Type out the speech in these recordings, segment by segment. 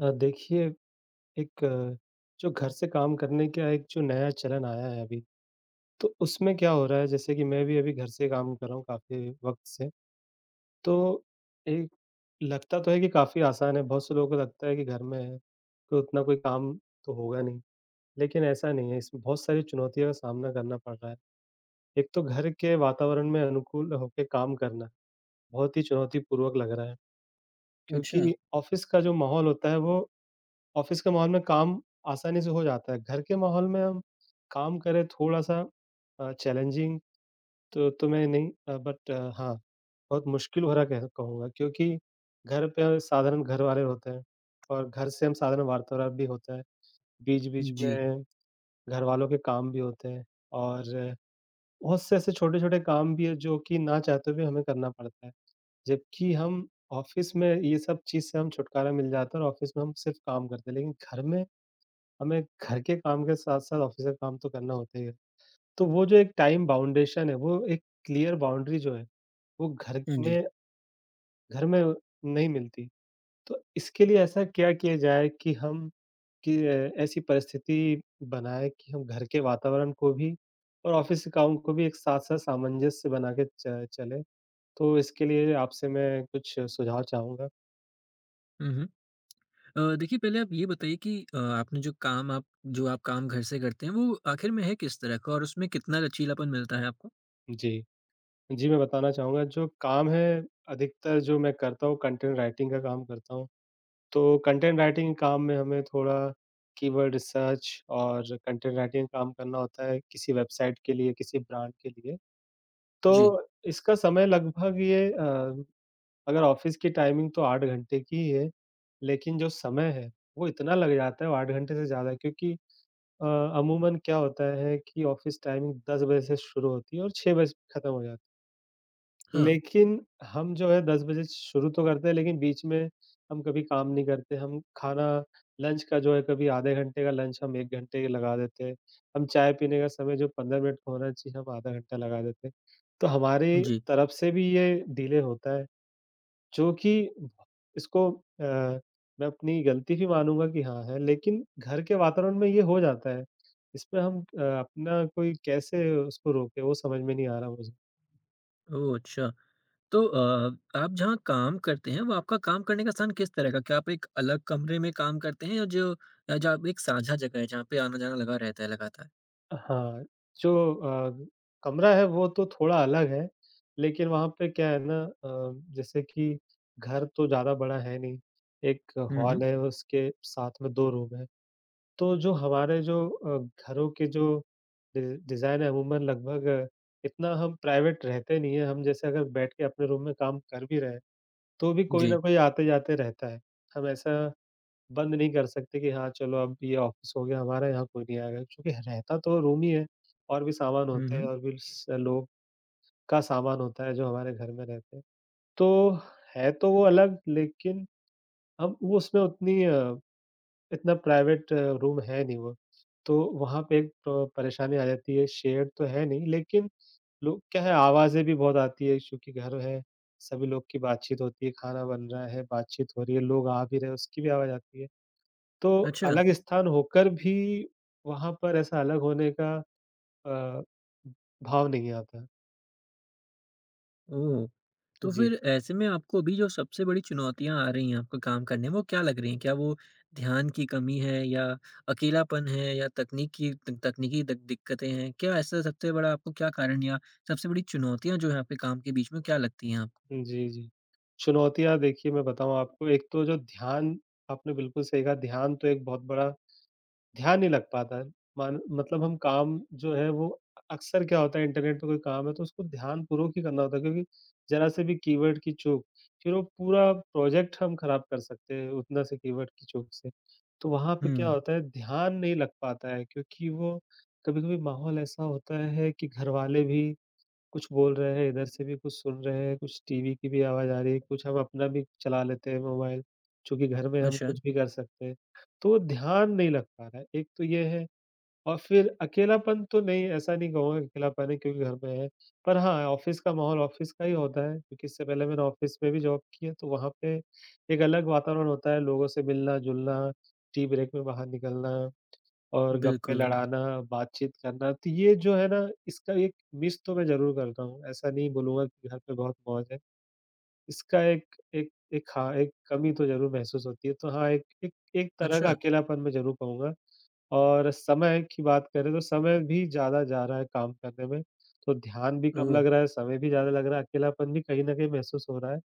देखिए। एक जो घर से काम करने का एक जो नया चलन आया है अभी, तो उसमें क्या हो रहा है जैसे कि मैं भी अभी घर से काम कर रहा हूँ काफ़ी वक़्त से। तो एक लगता तो है कि काफ़ी आसान है, बहुत से लोगों को लगता है कि घर में है, तो उतना कोई काम तो होगा नहीं, लेकिन ऐसा नहीं है, इसमें बहुत सारी चुनौतियों का सामना करना पड़ रहा है। एक तो घर के वातावरण में अनुकूल होके काम करना, बहुत ही चुनौतीपूर्वक लग रहा है, अच्छा, क्योंकि ऑफ़िस का जो माहौल होता है वो ऑफ़िस के माहौल में काम आसानी से हो जाता है, घर के माहौल में हम काम करें थोड़ा-सा चैलेंजिंग तो मैं नहीं बट हाँ, बहुत मुश्किल भरा कह कहूँगा क्योंकि घर पे साधारण घरवाले होते हैं और घर से हम साधारण वार्तालाप भी होता है, बीच-बीच जी। में घरवालों के काम भी होते हैं और बहुत से ऐसे छोटे-छोटे काम भी हैं जो कि ना चाहते हुए हमें करना पड़ता है, जबकि हम ऑफ़िस में ये सब चीज़ से हम छुटकारा मिल जाता है और ऑफ़िस में हम सिर्फ़ काम करते हैं, लेकिन घर में हमें घर के काम के साथ-साथ ऑफ़िस का काम तो करना होता ही है। तो वो जो एक टाइम बाउंडेशन है, वो एक क्लियर बाउंड्री जो है, वो घर हाँ जी। में घर में नहीं मिलती। तो इसके लिए ऐसा क्या किया जाए कि हम कि अ, ऐसी परिस्थिति बनाएँ कि हम घर के वातावरण को भी और ऑफ़िस के काम को भी एक साथ-साथ सामंजस्य बना के च चलें? तो इसके लिए आपसे मैं कुछ सुझाव चाहूँगा। हुँ, हुँ। देखिए, पहले आप ये बताइए कि आपने जो आप काम घर से करते हैं, वो आखिर में है किस तरह का और उसमें कितना लचीलापन मिलता है आपको? जी। जी, मैं बताना चाहूँगा जो काम है अधिकतर जो मैं करता हूँ कंटेंट राइटिंग का काम करता हूँ। तो कंटेंट राइटिंग के काम में हमें थोड़ा कीवर्ड रिसर्च और कंटेंट राइटिंग का काम करना होता है किसी वेबसाइट के लिए, किसी ब्रांड के लिए। तो जी। इसका समय लगभग ये अगर ऑफ़िस की टाइमिंग तो 8 घंटे की ही है, लेकिन जो समय है वो इतना लग जाता है वो 8 घंटे से ज़्यादा क्योंकि अ, अमूमन क्या होता है कि ऑफ़िस टाइमिंग 10 बजे से शुरू होती है और 6 बजे ख़त्म हो जाती है। हाँ, लेकिन हम जो है 10 बजे शुरू तो करते हैं, लेकिन बीच में हम कभी काम नहीं करते। हम खाना लंच का जो है कभी आधे घंटे का लंच हम 1 घंटे लगा देते हैं। हम चाय पीने का समय जो 15 मिनट का होना चाहिए, हम आधा घंटा लगा देते हैं। तो हमारी जी। तरफ से भी ये डिले होता है, जो कि इसको मैं अपनी गलती भी मानूँगा कि हाँ है, लेकिन घर के वातावरण में ये हो जाता है। इसमें हम अपना कोई कैसे उसको रोकें, वो समझ में नहीं आ रहा मुझे। ओह! अच्छा। तो आप जहाँ काम करते हैं, वो आपका काम करने का स्थान किस तरह का? क्या आप एक अलग कमरे में काम करते हैं या जो आप एक साझा जगह है जहाँ पे आना-जाना लगा रहता है लगातार? हाँ, जो कमरा है वो तो थोड़ा अलग है, लेकिन वहाँ पे क्या है ना जैसे कि घर तो ज़्यादा बड़ा है नहीं, एक हुँ, हुँ। हॉल है उसके साथ में 2 रूम हैं। तो जो हमारे जो घरों के जो डि डिज़ाइन है अमूमन लगभग इतना हम प्राइवेट रहते नहीं है, हम जैसे अगर बैठ के अपने रूम में काम कर भी रहे हैं, तो भी कोई ना जी। कोई आते-जाते रहता है। हम ऐसा बंद नहीं कर सकते कि हाँ, चलो अब ये ऑफ़िस हो गया हमारा, यहाँ कोई नहीं आएगा क्योंकि रहता तो रूम ही है, और भी सामान हुँ, होते हैं हुँ। और भी स लोग का सामान होता है जो हमारे घर में रहते हैं। तो है तो वो अलग लेकिन हम वो उसमें उतनी इतना प्राइवेट रूम है नहीं वो। तो वहाँ पे एक प परेशानी आ जाती है, शेयर्ड तो है नहीं लेकिन लोग क्या है आवाज़ें भी बहुत आती है क्योंकि घर है, सभी लोग की बातचीत होती है, खाना बन रहा है, बातचीत हो रही है, लोग आ भी रहे हैं, उसकी भी आवाज़ आती है। तो अच्छा। अलग स्थान होकर भी वहाँ पर ऐसा अलग होने का अ, भाव नहीं आता। ओह! तो जी। फिर ऐसे में आपको अभी जो सबसे बड़ी चुनौतियाँ आ रही हैं आपको काम करने में, वो क्या लग रही हैं? क्या वो ध्यान की कमी है, या अकेलापन है, या तकनीक की त तकनीकी द दिक्कतें हैं? क्या ऐसा सबसे बड़ा आपको क्या कारण, या सबसे बड़ी चुनौतियाँ जो हैं आपके काम के बीच में, क्या लगती हैं आपको? जी, जी। चुनौतियाँ देखिए मैं बताऊँ आपको, एक तो जो ध्यान आपने बिल्कुल सही कहा ध्यान तो एक बहुत बड़ा ध्यान नहीं लग पाता है। मान मतलब हम काम जो है वो अक्सर क्या होता है इंटरनेट पे कोई काम है तो उसको ध्यानपूर्वक ही करना होता है क्योंकि ज़रा से भी कीवर्ड की चूक, फिर वो पूरा प्रोजेक्ट हम खराब कर सकते हैं उतना से कीवर्ड की चूक से। तो वहाँ पे क्या हुँ, होता है ध्यान नहीं लग पाता है क्योंकि वो कभी-कभी माहौल ऐसा होता है कि घरवाले भी कुछ बोल रहे हैं, इधर से भी कुछ सुन रहे हैं, कुछ टीवी की भी आवाज़ आ रही है, कुछ हम अपना भी चला लेते हैं मोबाइल, चूँकि घर में हम अच्छा, कुछ भी कर सकते हैं। तो ध्यान नहीं लग पा रहा है, एक तो ये है और फिर अकेलापन तो नहीं, ऐसा नहीं कहूँगा कि अकेलापन है क्योंकि घर में है। पर हाँ, ऑफ़िस का माहौल ऑफ़िस का ही होता है क्योंकि इससे पहले मैंने ऑफ़िस में भी जॉब की है, तो वहाँ पे एक अलग वातावरण होता है, लोगों से मिलना-जुलना, टी ब्रेक में बाहर निकलना। और गप्पे बिल्कुल। लड़ाना, बातचीत करना, तो ये जो है ना, इसका एक मिस तो मैं ज़रूर करता हूँ। ऐसा नहीं बोलूँगा कि घर पे बहुत मौज है। इसका एक एक एक हाँ, एक कमी तो ज़रूर महसूस होती है। तो हाँ, एक एक एक तरह का अच्छा, अकेलापन मैं ज़रूर कहूँगा। और समय की बात करें तो समय भी ज़्यादा जा रहा है काम करने में, तो ध्यान भी कम ओह! लग रहा है, समय भी ज़्यादा लग रहा है, अकेलापन भी कहीं न कहीं महसूस हो रहा है।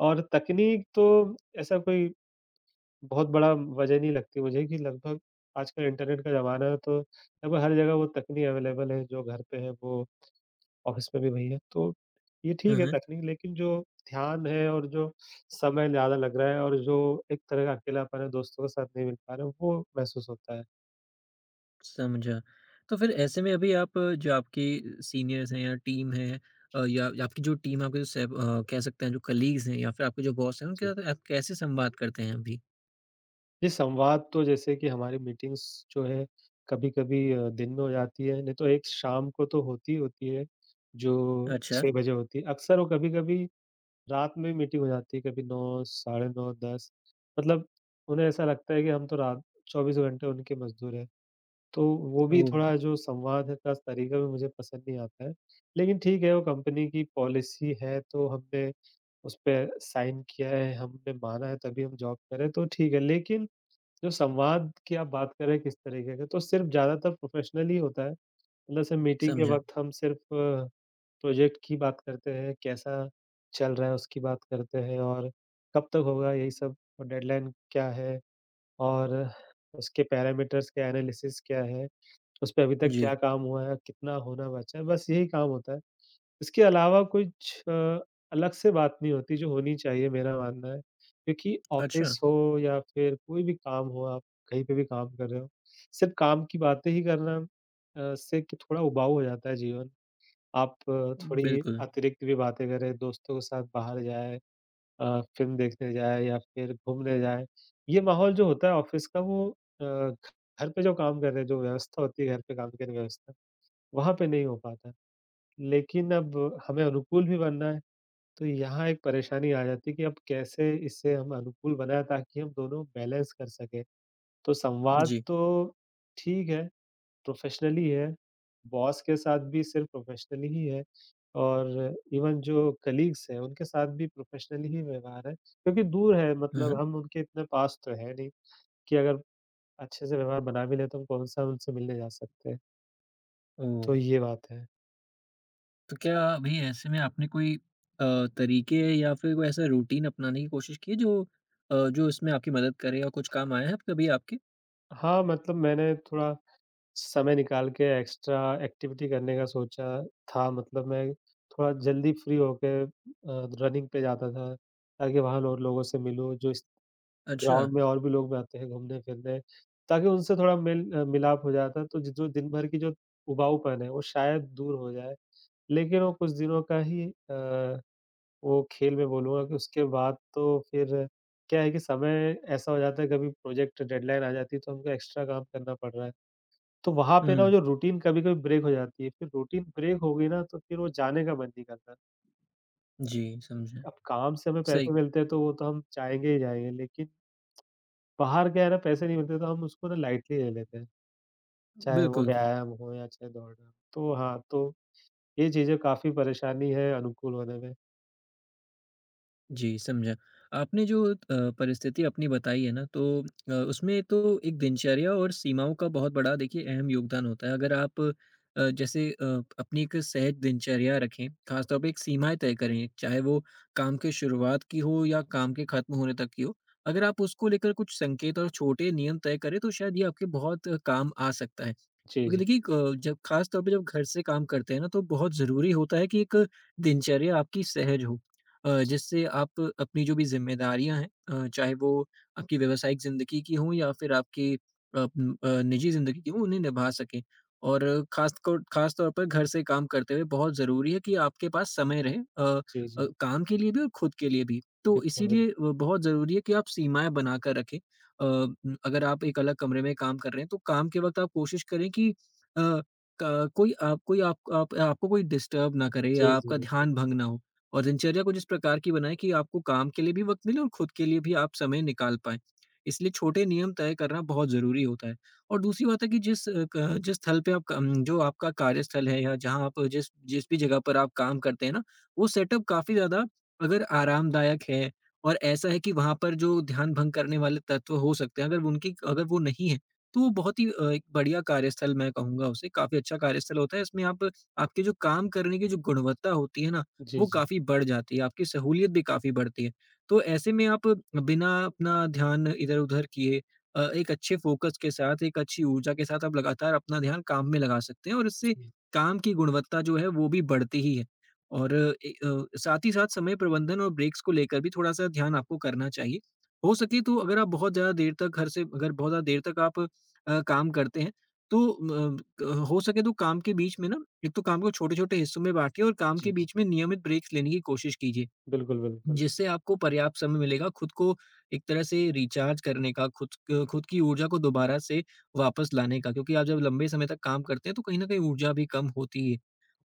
और तकनीक तो ऐसा कोई बहुत बड़ा वजह नहीं लगती मुझे कि लगभग आजकल इंटरनेट का ज़माना है तो लगभग हर जगह वो तकनीक अवेलेबल है, जो घर पे है वो ऑफ़िस में भी वही है। तो ये ठीक हुँ, है हुँ। तकनीक लेकिन जो ध्यान है और जो समय ज़्यादा लग रहा है और जो एक तरह का अकेलापन है दोस्तों के साथ नहीं मिल पा रहे हैं, वो महसूस होता है। समझा। तो फिर ऐसे में अभी आप जो आपके सीनियर्स हैं या टीम है, या आपकी जो टीम, आपके जो सैब कह सकते हैं जो कलीग्स हैं, या फिर आपके जो बॉस हैं, उनके जी। साथ आप कैसे संवाद करते हैं अभी? ये संवाद तो जैसे कि हमारी मीटिंग्स जो है कभी-कभी दिन में हो जाती है, नहीं तो एक शाम को तो होती ही होती है, जो अच्छा, 6 बजे होती है। अक्सर वो कभी-कभी रात में भी मीटिंग हो जाती है कभी 9 साढ़े 9 10 मतलब उन्हें ऐसा लगता है कि हम तो रात 24 घंटे उनके मज़दूर हैं। तो वो भी ओह! थोड़ा जो संवाद है का तरीका भी मुझे पसंद नहीं आता है। लेकिन ठीक है वो कंपनी की पॉलिसी है तो हमने उस पे साइन किया है, हमने माना है तभी हम जॉब कर रहे हैं तो ठीक है। लेकिन जो संवाद की आप बात कर रहे हैं किस तरीके का तो सिर्फ़ ज़्यादातर प्रोफ़ेशनल ही होता है। मतलब सिर्फ़ मीटिंग के समझा। वक़्त हम सिर्फ़ प्रोजेक्ट की बात करते हैं, कैसा चल रहा है उसकी बात करते हैं और कब तक होगा यही सब और डेडलाइन क्या है और उसके पैरामीटर्स के एनालिसिस क्या है, उस पे अभी तक जी, क्या काम हुआ है, कितना होना बचा है, बस यही काम होता है। इसके अलावा कुछ अलग से बात नहीं होती जो होनी चाहिए मेरा मानना है, क्योंकि अच्छा, ऑफ़िस हो या फिर कोई भी काम हो आप कहीं पे भी काम कर रहे हो, सिर्फ़ काम की बातें ही करना से कि थोड़ा उबाऊ हो जाता है जीवन। आप थोड़ी बिल्कुल। अतिरिक्त भी बातें करें, दोस्तों के साथ बाहर जाएँ फ़िल्म देखने जाएँ या फिर घूमने जाएँ। ये माहौल जो होता है ऑफ़िस का वो घर पे जो काम कर रहे हैं, जो व्यवस्था होती है घर पे काम करने की व्यवस्था, वहाँ पे नहीं हो पाता। लेकिन अब हमें अनुकूल भी बनना है, तो यहाँ एक परेशानी आ जाती है कि अब कैसे इसे हम अनुकूल बनाएँ ताकि हम दोनों बैलेंस कर सकें। तो संवाद जी, तो ठीक है प्रोफ़ेशनली है, बॉस के साथ भी सिर्फ़ प्रोफ़ेशनली ही है और इवन जो कलीग्स हैं, उनके साथ भी प्रोफ़ेशनली ही व्यवहार है। क्योंकि दूर है हुँ, मतलब हुँ। हम उनके इतने पास तो है नहीं कि अगर अच्छे से व्यवहार बना भी लें तो हम कौन-सा उनसे मिलने जा सकते हैं, ओह! तो ये बात है। तो क्या अभी ऐसे में आपने कोई तरीके या फिर कोई ऐसा रूटीन अपनाने की कोशिश की है जो इसमें आपकी मदद करे और कुछ काम आया है कभी आपके? हाँ, मतलब मैंने थोड़ा समय निकाल के एक्स्ट्रा एक्टिविटी करने का सोचा था मतलब मैं थोड़ा जल्दी फ्री होके रनिंग पे जाता था ताकि वहाँ और लोगों से मिलूँ जो इस अच्छा, ग्राउंड में और भी लोग आते हैं घूमने-फिरने, ताकि उनसे थोड़ा मेल मिलाप हो जाता है, तो ज जो दिन भर की जो उबाऊपन है, वो शायद दूर हो जाए। लेकिन वो कुछ दिनों का ही वो खेल मैं बोलूँगा कि उसके बाद तो फिर क्या है कि समय ऐसा हो जाता है, कभी प्रोजेक्ट डेडलाइन आ जाती है, तो हमको एक्स्ट्रा काम करना पड़ रहा है। तो वहाँ पे ना वो हुँ, जो रूटीन कभी-कभी ब्रेक हो जाती है, फिर रूटीन ब्रेक हो गई ना, तो फिर वो जाने का मन नहीं करता। जी समझा। अब काम से हमें पैसे सही, मिलते हैं, तो वो तो हम जाएँगे ही जाएँगे, लेकिन बाहर क्या है ना पैसे नहीं मिलते तो हम उसको ना लाइटली ले लेते हैं, चाहे वो बिल्कुल। व्यायाम हो या चाहे दौड़ना। तो हाँ, तो ये चीज़ें काफ़ी परेशानी है अनुकूल होने में। जी, समझा। आपने जो परिस्थिति अपनी बताई है ना, तो उसमें तो एक दिनचर्या और सीमाओं का बहुत बड़ा, देखिए, अहम योगदान होता है। अगर आप जैसे अपनी एक सहज दिनचर्या रखें, ख़ास तौर पे एक सीमाएँ तय करें, चाहे वो काम के शुरुआत की हो या काम के ख़त्म होने तक की हो। अगर आप उसको लेकर कुछ संकेत और छोटे नियम तय करें, तो शायद ये आपके बहुत काम आ सकता है। जी, क्योंकि जी। देखिए, जब खास तौर पे जब घर से काम करते हैं ना, तो बहुत ज़रूरी होता है कि एक दिनचर्या आपकी सहज हो। जिससे आप अपनी जो भी ज़िम्मेदारियाँ हैं, चाहे वो आपकी व्यावसायिक ज़िंदगी की हों या फिर आपकी निजी ज़िंदगी की हों, उन्हें निभा सकें। और खास तौर पर घर से काम करते हुए बहुत ज़रूरी है कि आपके पास समय रहे अ जी, जी। काम के लिए भी और खुद के लिए भी। तो बिल्कुल, बिल्कुल। इसीलिए बहुत ज़रूरी है कि आप सीमाएँ बनाकर रखें। अगर आप एक अलग कमरे में काम कर रहे हैं, तो काम के वक़्त आप कोशिश करें कि अ, क कोई आप आपको कोई डिस्टर्ब ना करे या जी, जी, आपका बिल्कुल। ध्यान भंग ना हो, और दिनचर्या कुछ इस प्रकार की बनाएँ कि आपको काम के लिए भी वक़्त मिले और खुद के लिए भी आप समय निकाल पाएँ। इसलिए छोटे नियम तय करना बहुत ज़रूरी होता है। और दूसरी बात है कि जिस अ, क जिस स्थल पे आप कम जो आपका कार्यस्थल है या जहाँ आप, जिस जिस भी जगह पर आप काम करते हैं ना, वो सेटअप काफ़ी ज़्यादा अगर आरामदायक है और ऐसा है कि वहाँ पर जो ध्यान भंग करने वाले तत्व हो सकते हैं, अगर वो नहीं है, तो वो बहुत ही एक बढ़िया कार्यस्थल, मैं कहूँगा उसे, काफ़ी अच्छा कार्यस्थल होता है। इसमें आप आपके जो काम करने की जो गुणवत्ता होती है ना, जी, वो जी। काफ़ी बढ़ जाती है, आपकी सहूलियत भी काफ़ी बढ़ती है। तो ऐसे में आप बिना अपना ध्यान इधर-उधर किए, एक अच्छे फ़ोकस के साथ, एक अच्छी ऊर्जा के साथ आप लगातार अपना ध्यान काम में लगा सकते हैं, और इससे जी, काम की गुणवत्ता जो है, वो भी बढ़ती ही है। और साथ ही साथ समय प्रबंधन और ब्रेक्स को लेकर भी थोड़ा-सा ध्यान आपको करना चाहिए। हो सके तो अगर आप बहुत ज़्यादा देर तक घर से अगर बहुत ज़्यादा देर तक आप काम करते हैं। तो म क हो सके तो काम के बीच में ना, एक तो काम को छोटे-छोटे हिस्सों में बाँटिए और काम जी, के जी। बीच में नियमित ब्रेक्स लेने की कोशिश कीजिए। बिल्कुल, बिल्कुल। जिससे आपको पर्याप्त समय मिलेगा खुद को एक तरह से रिचार्ज करने का, खुद की ऊर्जा को दोबारा से वापस लाने का, क्योंकि आप जब लंबे समय तक काम करते हैं तो कहीं न कहीं ऊर्जा भी कम होती है।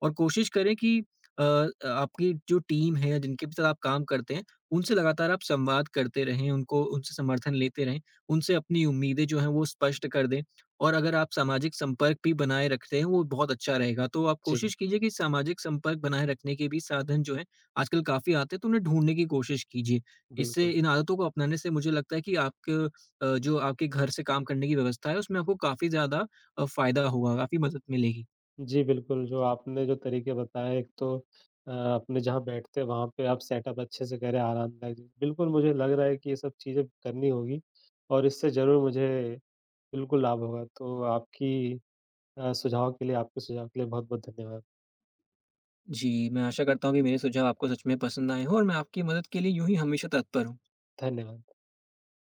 और कोशिश करें कि अ, आपकी जो टीम है, जिनके भी साथ आप काम करते हैं, उनसे लगातार आप संवाद करते रहें, उनको उनसे समर्थन लेते रहें, उनसे अपनी उम्मीदें जो हैं वो स्पष्ट कर दें, और अगर आप सामाजिक संपर्क भी बनाए रखते हैं, वो बहुत अच्छा रहेगा। तो आप जी, कोशिश कीजिए कि सामाजिक संपर्क बनाए रखने के भी साधन जो हैं आजकल काफ़ी आते हैं, तो उन्हें ढूँढने की कोशिश कीजिए। इससे, बिल्कुल। इन आदतों को अपनाने से, मुझे लगता है कि आपके, जो आपके घर से काम करने की व्यवस्था है, उसमें आपको काफ़ी ज़्यादा फ़ायदा होगा, काफ़ी मदद मिलेगी। जी, बिल्कुल, जो आपने जो तरीके बताए एक तो अपने जहाँ बैठते हैं वहाँ पे आप सेटअप अच्छे से करें आरामदायक। बिल्कुल मुझे लग रहा है कि ये सब चीज़ें करनी होगी और इससे ज़रूर मुझे बिल्कुल लाभ होगा। तो आपकी अ, सुझाव के लिए आपके सुझाव के लिए बहुत-बहुत धन्यवाद। जी, मैं आशा करता हूँ कि मेरे सुझाव आपको सच में पसंद आए हों, और मैं आपकी मदद के लिए यूँ ही हमेशा तत्पर हूँ। धन्यवाद।